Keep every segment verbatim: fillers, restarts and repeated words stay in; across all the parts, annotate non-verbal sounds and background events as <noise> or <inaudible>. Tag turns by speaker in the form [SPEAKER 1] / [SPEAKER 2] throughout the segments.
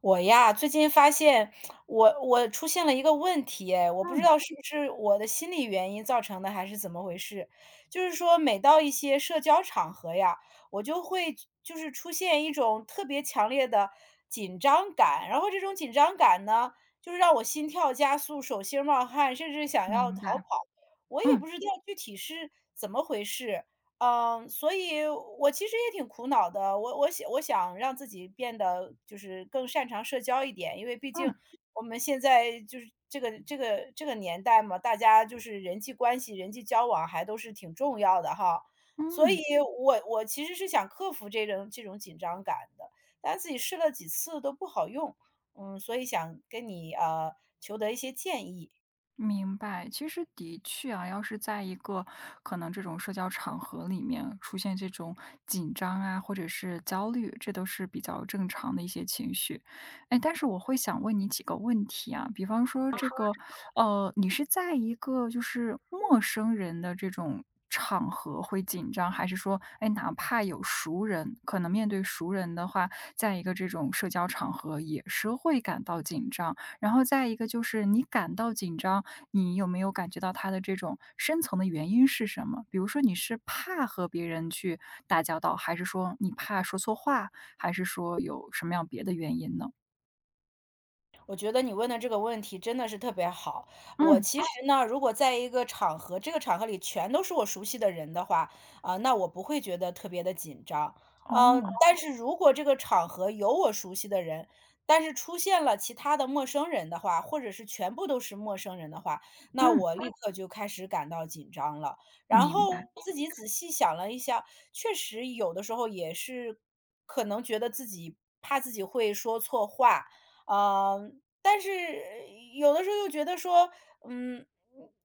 [SPEAKER 1] 我呀，最近发现我我出现了一个问题哎，我不知
[SPEAKER 2] 嗯，
[SPEAKER 1] 道是不是我的心理原因造成的，还是怎么回事。就是说每到一些社交场合呀，我就会就是出现一种特别强烈的紧张感，然后这种紧张感呢，就是让我心跳加速、手心冒汗，甚至想要
[SPEAKER 2] 明
[SPEAKER 1] 逃
[SPEAKER 2] 白。
[SPEAKER 1] 跑。我也
[SPEAKER 2] 嗯
[SPEAKER 1] 不知道具体是怎么回事。嗯，所以我其实也挺苦恼的，我我想我想让自己变得就是更擅长社交一点，因为毕竟
[SPEAKER 2] 嗯
[SPEAKER 1] 我们现在就是这个这个这个年代嘛，大家就是人际关系、人际交往还都是挺重要的哈。所以
[SPEAKER 2] 嗯。
[SPEAKER 1] 我我其实是想克服这种这种紧张感的，但自己试了几次都不好用，嗯，所以想跟你呃求得一些建议。
[SPEAKER 2] 明白，其实的确啊，要是在一个可能这种社交场合里面出现这种紧张啊，或者是焦虑，这都是比较正常的一些情绪。哎，但是我会想问你几个问题啊，比方说这个，呃，你是在一个就是陌生人的这种场合会紧张，还是说，哎，哪怕有熟人，可能面对熟人的话，在一个这种社交场合也是会感到紧张？然后再一个就是你感到紧张。你有没有感觉到他的这种深层的原因是什么？比如说你是怕和别人去打交道，还是说你怕说错话，还是说有什么样别的原因呢？
[SPEAKER 1] 我觉得你问的这个问题真的是特别好。我
[SPEAKER 2] 嗯，
[SPEAKER 1] 其实呢，如果在一个场合，这个场合里全都是我熟悉的人的话，啊、那我不会觉得特别的紧张。嗯、
[SPEAKER 2] 哦，
[SPEAKER 1] 但是如果这个场合有我熟悉的人，但是出现了其他的陌生人的话，或者是全部都是陌生人的话，那
[SPEAKER 2] 嗯，
[SPEAKER 1] 我立刻就开始感到紧张了。然
[SPEAKER 2] 明白，
[SPEAKER 1] 后自己仔细想了一下，确实有的时候也是可能觉得自己怕自己会说错话。嗯。但是有的时候又觉得说，嗯，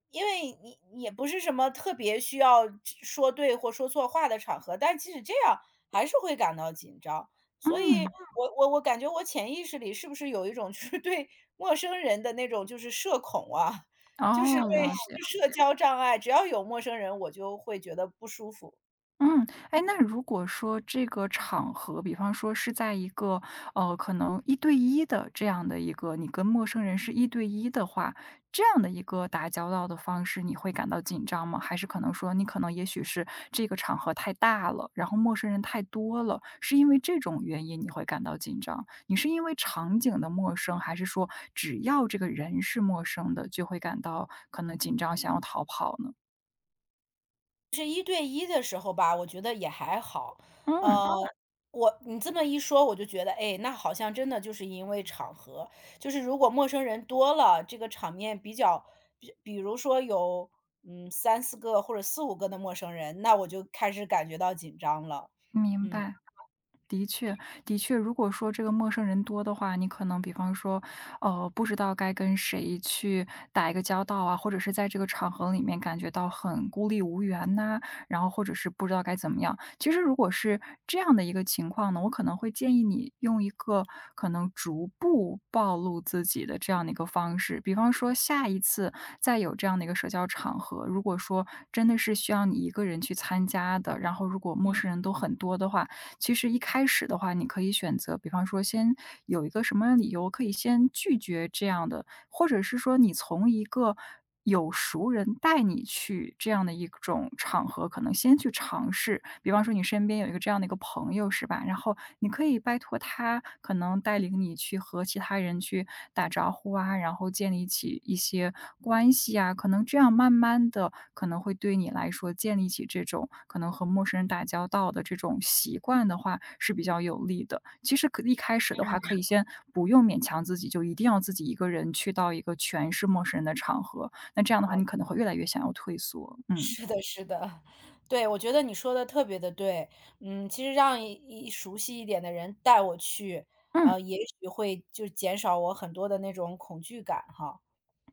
[SPEAKER 1] 因为你也不是什么特别需要说对或说错话的场合，但即使这样还是会感到紧张。所以
[SPEAKER 2] 嗯，
[SPEAKER 1] 我我我感觉我潜意识里是不是有一种就是对陌生人的那种就是社恐啊，就是哦
[SPEAKER 2] 哦，
[SPEAKER 1] 对
[SPEAKER 2] 了解。
[SPEAKER 1] <laughs> 社交障碍，只要有陌生人我就会觉得不舒服。
[SPEAKER 2] 嗯，哎，那如果说这个场合，比方说是在一个，呃，可能一对一的这样的一个，你跟陌生人是一对一的话，这样的一个打交道的方式，你会感到紧张吗？还是可能说你可能也许是这个场合太大了，然后陌生人太多了，是因为这种原因你会感到紧张？你是因为场景的陌生，还是说只要这个人是陌生的，就会感到可能紧张，想要逃跑呢？
[SPEAKER 1] 是一对一的时候吧，我觉得也还好。呃，
[SPEAKER 2] 嗯，
[SPEAKER 1] 哦我你这么一说，我就觉得，哎，那好像真的就是因为场合，就是如果陌生人多了，这个场面比较比比如说有，嗯三四个或者四五个的陌生人，那我就开始感觉到紧张了。
[SPEAKER 2] 明
[SPEAKER 1] 嗯，嗯。
[SPEAKER 2] 白。的的确，如果说这个陌生人多的话，你可能比方说，呃，不知道该跟谁去打一个交道啊，或者是在这个场合里面感觉到很孤立无援呐、然后或者是不知道该怎么样。其实如果是这样的一个情况呢，我可能会建议你用一个可能逐步暴露自己的这样的一个方式，比方说下一次再有这样的一个社交场合，如果说真的是需要你一个人去参加的，然后如果陌生人都很多的话，其实一开始的话，你可以选择，比方说先有一个什么理由可以先拒绝这样的，或者是说你从一个有熟人带你去这样的一种场合，可能先去尝试。比方说你身边有一个这样的一个朋友，是吧？然后你可以拜托他，可能带领你去和其他人去打招呼啊，然后建立起一一些关系啊，可能这样慢慢的，可能会对你来说建立起这种可能和陌生人打交道的这种习惯的话是比较有利的。其实可一开始的话，可以先不用勉强自己，就一定要自己一个人去到一个全是陌生人的场合，那这样的话你
[SPEAKER 1] 好。
[SPEAKER 2] 可能会越来越想要退缩，嗯。
[SPEAKER 1] 是的，是的，对，我觉得你说的特别的对。嗯，其实让一一熟悉一点的人带我去，
[SPEAKER 2] 嗯。
[SPEAKER 1] 呃，也许会就减少我很多的那种恐惧感哈。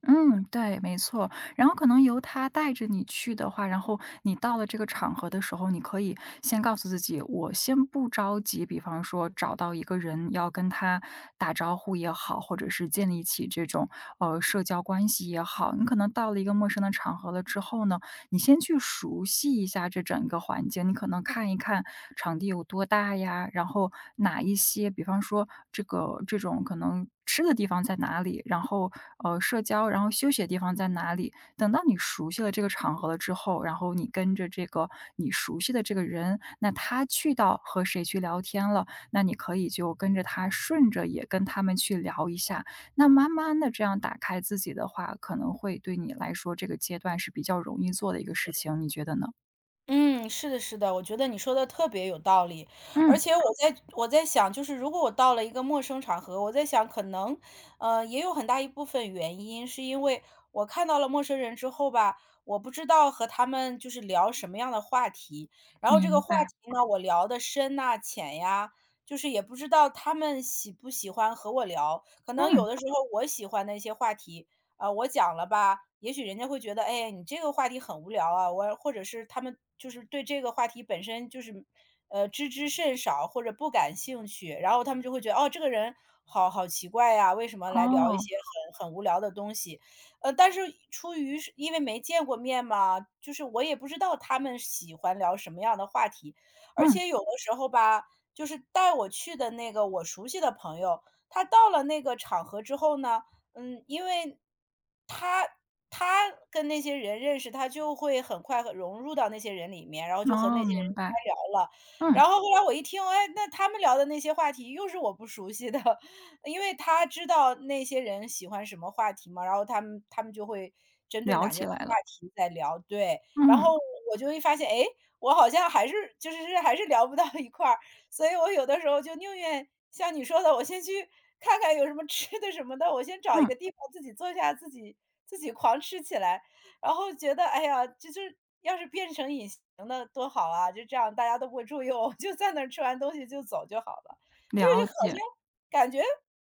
[SPEAKER 2] 嗯，对，没错。然后可能由他带着你去的话，然后你到了这个场合的时候，你可以先告诉自己，我先不着急。比方说找到一个人要跟他打招呼也好，或者是建立起这种呃社交关系也好，你可能到了一个陌生的场合了之后呢，你先去熟悉一下这整个环境，你可能看一看场地有多大呀，然后哪一些，比方说这个这种可能吃的地方在哪里，然后呃社交，然后休息的地方在哪里。等到你熟悉了这个场合了之后，然后你跟着这个你熟悉的这个人，那他去到和谁去聊天了，那你可以就跟着他，顺着也跟他们去聊一下。那慢慢的这样打开自己的话，可能会对你来说，这个阶段是比较容易做的一个事情，你觉得呢？
[SPEAKER 1] 嗯，是的，是的，我觉得你说的特别有道理。而
[SPEAKER 2] 嗯，
[SPEAKER 1] 且我在我在想，就是如果我到了一个陌生场合，我在想，可能，呃，也有很大一部分原因是因为我看到了陌生人之后吧，我不知道和他们就是聊什么样的话题，然后这个
[SPEAKER 2] 明
[SPEAKER 1] 话
[SPEAKER 2] 白。
[SPEAKER 1] 题呢，我聊的深呐、浅呀，就是也不知道他们喜不喜欢和我聊。可能有
[SPEAKER 2] 嗯，
[SPEAKER 1] 的时候我喜欢的一些话题，呃，我讲了吧，也许人家会觉得，哎，你这个话题很无聊啊，我或者是他们就是对这个话题本身就是，呃，知之甚少或者不感兴趣，然后他们就会觉得，哦，这个人好好奇怪呀，为什么来聊一
[SPEAKER 2] 哦，
[SPEAKER 1] 些很很无聊的东西？呃，但是出于是因为没见过面嘛，就是我也不知道他们喜欢聊什么样的话题，而
[SPEAKER 2] 嗯，
[SPEAKER 1] 且有的时候吧，就是带我去的那个我熟悉的朋友，他到了那个场合之后呢。嗯，因为他他跟那些人认识，他就会很快和融入到那些人里面，然后就和
[SPEAKER 2] 哦，
[SPEAKER 1] 那些人
[SPEAKER 2] 明白。
[SPEAKER 1] 开聊了。
[SPEAKER 2] 嗯，
[SPEAKER 1] 然后后来我一听，哎，那他们聊的那些话题又是我不熟悉的，<laughs> 因为他知道那些人喜欢什么话题嘛，然后他们他们就会针对
[SPEAKER 2] 聊
[SPEAKER 1] 哪些
[SPEAKER 2] 起
[SPEAKER 1] 话
[SPEAKER 2] 来了。
[SPEAKER 1] 题在聊，对。然
[SPEAKER 2] 嗯，
[SPEAKER 1] 后我就会发现，哎，我好像还是就是还是聊不到一块儿，所以我有的时候就宁愿像你说的，我先去看看有什么吃的什么的，我先找一
[SPEAKER 2] 嗯，
[SPEAKER 1] 个地方自己坐下，自己自己狂吃起来，然后觉得哎呀，这就是要是变成隐形的多好啊，就这样大家都不会注意我，我就在那儿吃完东西就走就好了。就是
[SPEAKER 2] 了
[SPEAKER 1] 好
[SPEAKER 2] 解。
[SPEAKER 1] 像感觉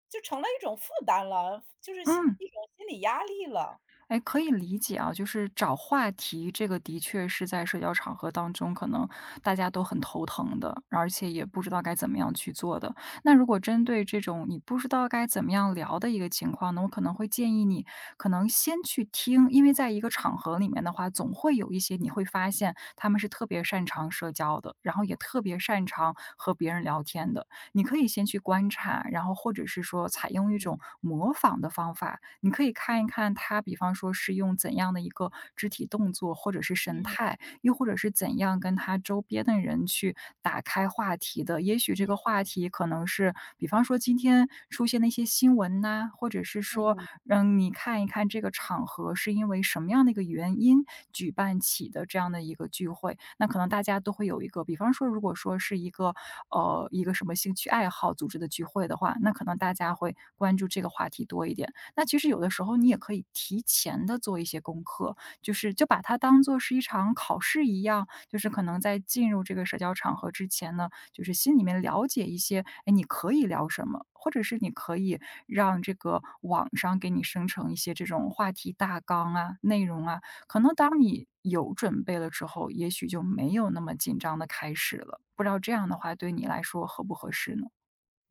[SPEAKER 1] 就成了一种负担了，就是心
[SPEAKER 2] 嗯。
[SPEAKER 1] 一种心理压力了。
[SPEAKER 2] 哎，可以理解啊，就是找话题，这个的确是在社交场合当中，可能大家都很头疼的，而且也不知道该怎么样去做的。那如果针对这种你不知道该怎么样聊的一个情况呢，我可能会建议你，可能先去听，因为在一个场合里面的话，总会有一些你会发现他们是特别擅长社交的，然后也特别擅长和别人聊天的。你可以先去观察，然后或者是说采用一种
[SPEAKER 1] 嗯
[SPEAKER 2] 模仿的方法，你可以看一看他，比方说是用怎样的一个肢体动作或者是神
[SPEAKER 1] 嗯
[SPEAKER 2] 态，又或者是怎样跟他周边的人去打开话题的。也许这个
[SPEAKER 1] 嗯
[SPEAKER 2] 话题可能是，比方说今天出现的一些新闻呐，或者是说，
[SPEAKER 1] 嗯。
[SPEAKER 2] 嗯，你看一看这个场合是因为什么样的一个原因举办起的这样的一个聚会，那可能大家都会有一个，比方说如果说是一个，呃，一个什么兴趣爱好组织的聚会的话，那可能大家会关注这个话题多一点。那其实有的时候你也可以提前的做一些功课，就是就把它当做是一场考试一样，就是可能在进入这个社交场合之前呢，就是心里面了解一些，哎，你可以聊什么，或者是你可以让这个网上给你生成一些这种话题大纲啊、内容啊，可能当你有准备了之后，也许就没有那么紧张的开始了。不知道这样的话对你来说合不合适呢？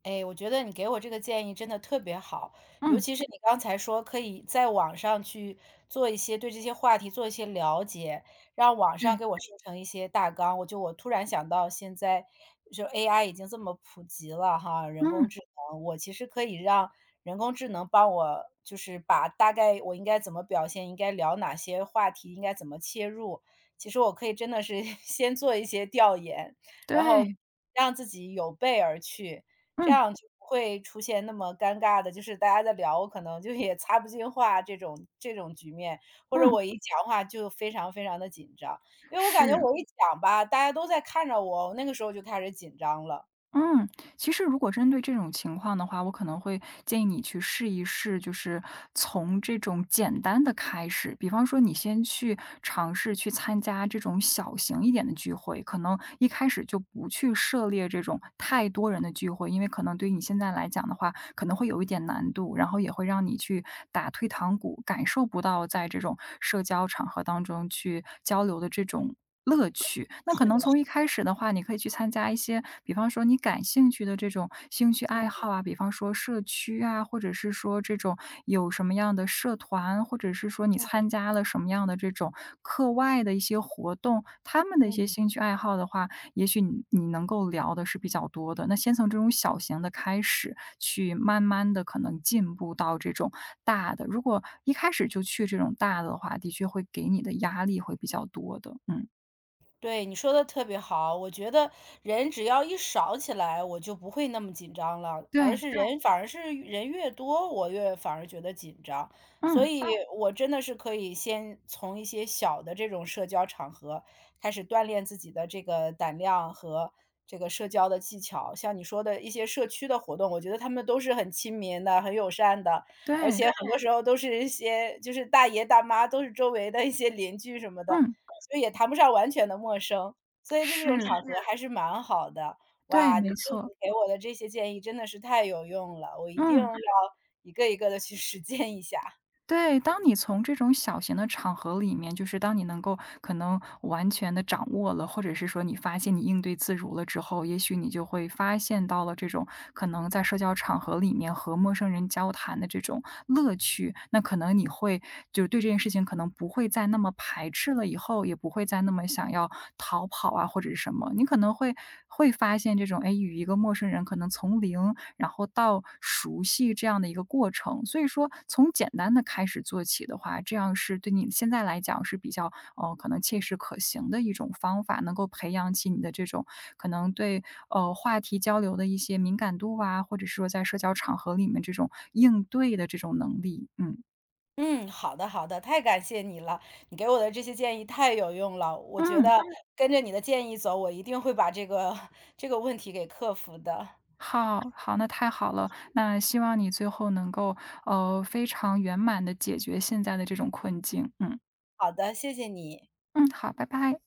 [SPEAKER 1] 哎，我觉得你给我这个建议真的特别好，尤
[SPEAKER 2] 嗯，
[SPEAKER 1] 其是你刚才说可以在网上去做一些对这些话题做一些了解，让网上
[SPEAKER 2] 对，
[SPEAKER 1] 给我生成一些大纲。我就我突然想到，现在就 A I 已经这么普及了哈，人工
[SPEAKER 2] 嗯，
[SPEAKER 1] 智能，我其实可以让人工智能帮我，就是把大概我应该怎么表现，应该聊哪些话题，应该怎么切入。其实我可以真的是 <laughs> 先做一些调研，然后
[SPEAKER 2] 对，
[SPEAKER 1] 让自己有备而去。这
[SPEAKER 2] 嗯
[SPEAKER 1] 样就不会出现那么尴尬的，就是大家在聊，我可能就也插不进话这种这种局面，或者
[SPEAKER 2] 嗯，
[SPEAKER 1] 我一讲话就非常非常的紧张。因为我感觉
[SPEAKER 2] 是。
[SPEAKER 1] 我一讲吧，大家都在看着我，我那个时候就开始紧张了。
[SPEAKER 2] 嗯，其实如果针对这种情况的话，我可能会建议你去试一试，就是从这种简单的开始。比方说，你先去尝试去参加这种小型一点的聚会，可能一开始就不去涉猎这种太多人的聚会，因为可能对于你现在来讲的话，可能会有一点难度，然后也会让你去打退堂鼓，感受不到在这种社交场合当中去交流的这种乐趣。那
[SPEAKER 1] 是
[SPEAKER 2] 可能
[SPEAKER 1] 的，
[SPEAKER 2] 从一开始的话，你可以去参加一些，比方说你感兴趣的这种兴趣
[SPEAKER 1] 嗯，
[SPEAKER 2] 爱好啊，比方说社区啊，或者是说这种有什么样的社团，或者是说你
[SPEAKER 1] 嗯，
[SPEAKER 2] 参加了什么样的这种课外的一些活动，他们的一些
[SPEAKER 1] 嗯。
[SPEAKER 2] 兴趣爱好的话，也许你你能够聊的是比较多的。那先从这种小型的开始，去慢慢的可能进步到这种大的。如果一开始就去这种大的话，的确会给你的压力会比较多的。嗯。
[SPEAKER 1] 对，你说的特别好，我觉得人只要一少起来，我就不会那么紧张了，而
[SPEAKER 2] 对，
[SPEAKER 1] 是对人反而是人越多，我越反而觉得紧张，所
[SPEAKER 2] 嗯，
[SPEAKER 1] 以嗯我真的是可以先从一些小的这种社交场合开始锻炼自己的这个胆量和这个社交的技巧。像你说的一些社区的活动，我觉得他们都是很亲民的，很友善的，而且
[SPEAKER 2] 对，
[SPEAKER 1] 对很多时候都是一些就是大爷大妈，都是周围的一些邻居什么的。
[SPEAKER 2] 嗯，
[SPEAKER 1] 就也谈不上完全的陌生，所以就这种
[SPEAKER 2] 是，
[SPEAKER 1] 场合还是蛮好的。
[SPEAKER 2] 对，
[SPEAKER 1] 哇，你
[SPEAKER 2] 没
[SPEAKER 1] 这 <laughs>
[SPEAKER 2] 错，
[SPEAKER 1] 你给我的这些建议真的是太有用了，我一定
[SPEAKER 2] 嗯。
[SPEAKER 1] 要一个一个的去实践一下。
[SPEAKER 2] 对，当你从这种小型的场合里面，就是当你能够可能完全的掌握了，或者是说你发现你应对自如了之后，也许你就会发现到了这种可能在社交场合里面和陌生人交谈的这种乐趣。那可能你会就是对这件事情可能不会再那么排斥了以后，也不会再那么想要逃跑啊，或者是什么。你可能会会发现这种，哎，与一个陌生人可能从零然后到熟悉这样的一个过程。所以说从简单的开始做起的话，这样是对你现在来讲是比较，呃，可能切实可行的一种方法，能够培养起你的这种可能对，呃，话题交流的一些敏感度啊，或者是说在社交场合里面这种应对的这种能力，嗯。
[SPEAKER 1] 嗯，好的好的，太感谢你了，你给我的这些建议太有用了，我觉
[SPEAKER 2] 嗯，
[SPEAKER 1] 得嗯跟着你的建议走，我一定会把这个 <laughs> 这个问题给克服的。
[SPEAKER 2] 好，好，那太好了。那希望你最后能够，呃，非常圆满的解决现在的这种困境，嗯。
[SPEAKER 1] 好的，谢谢你。
[SPEAKER 2] 嗯，好，拜拜。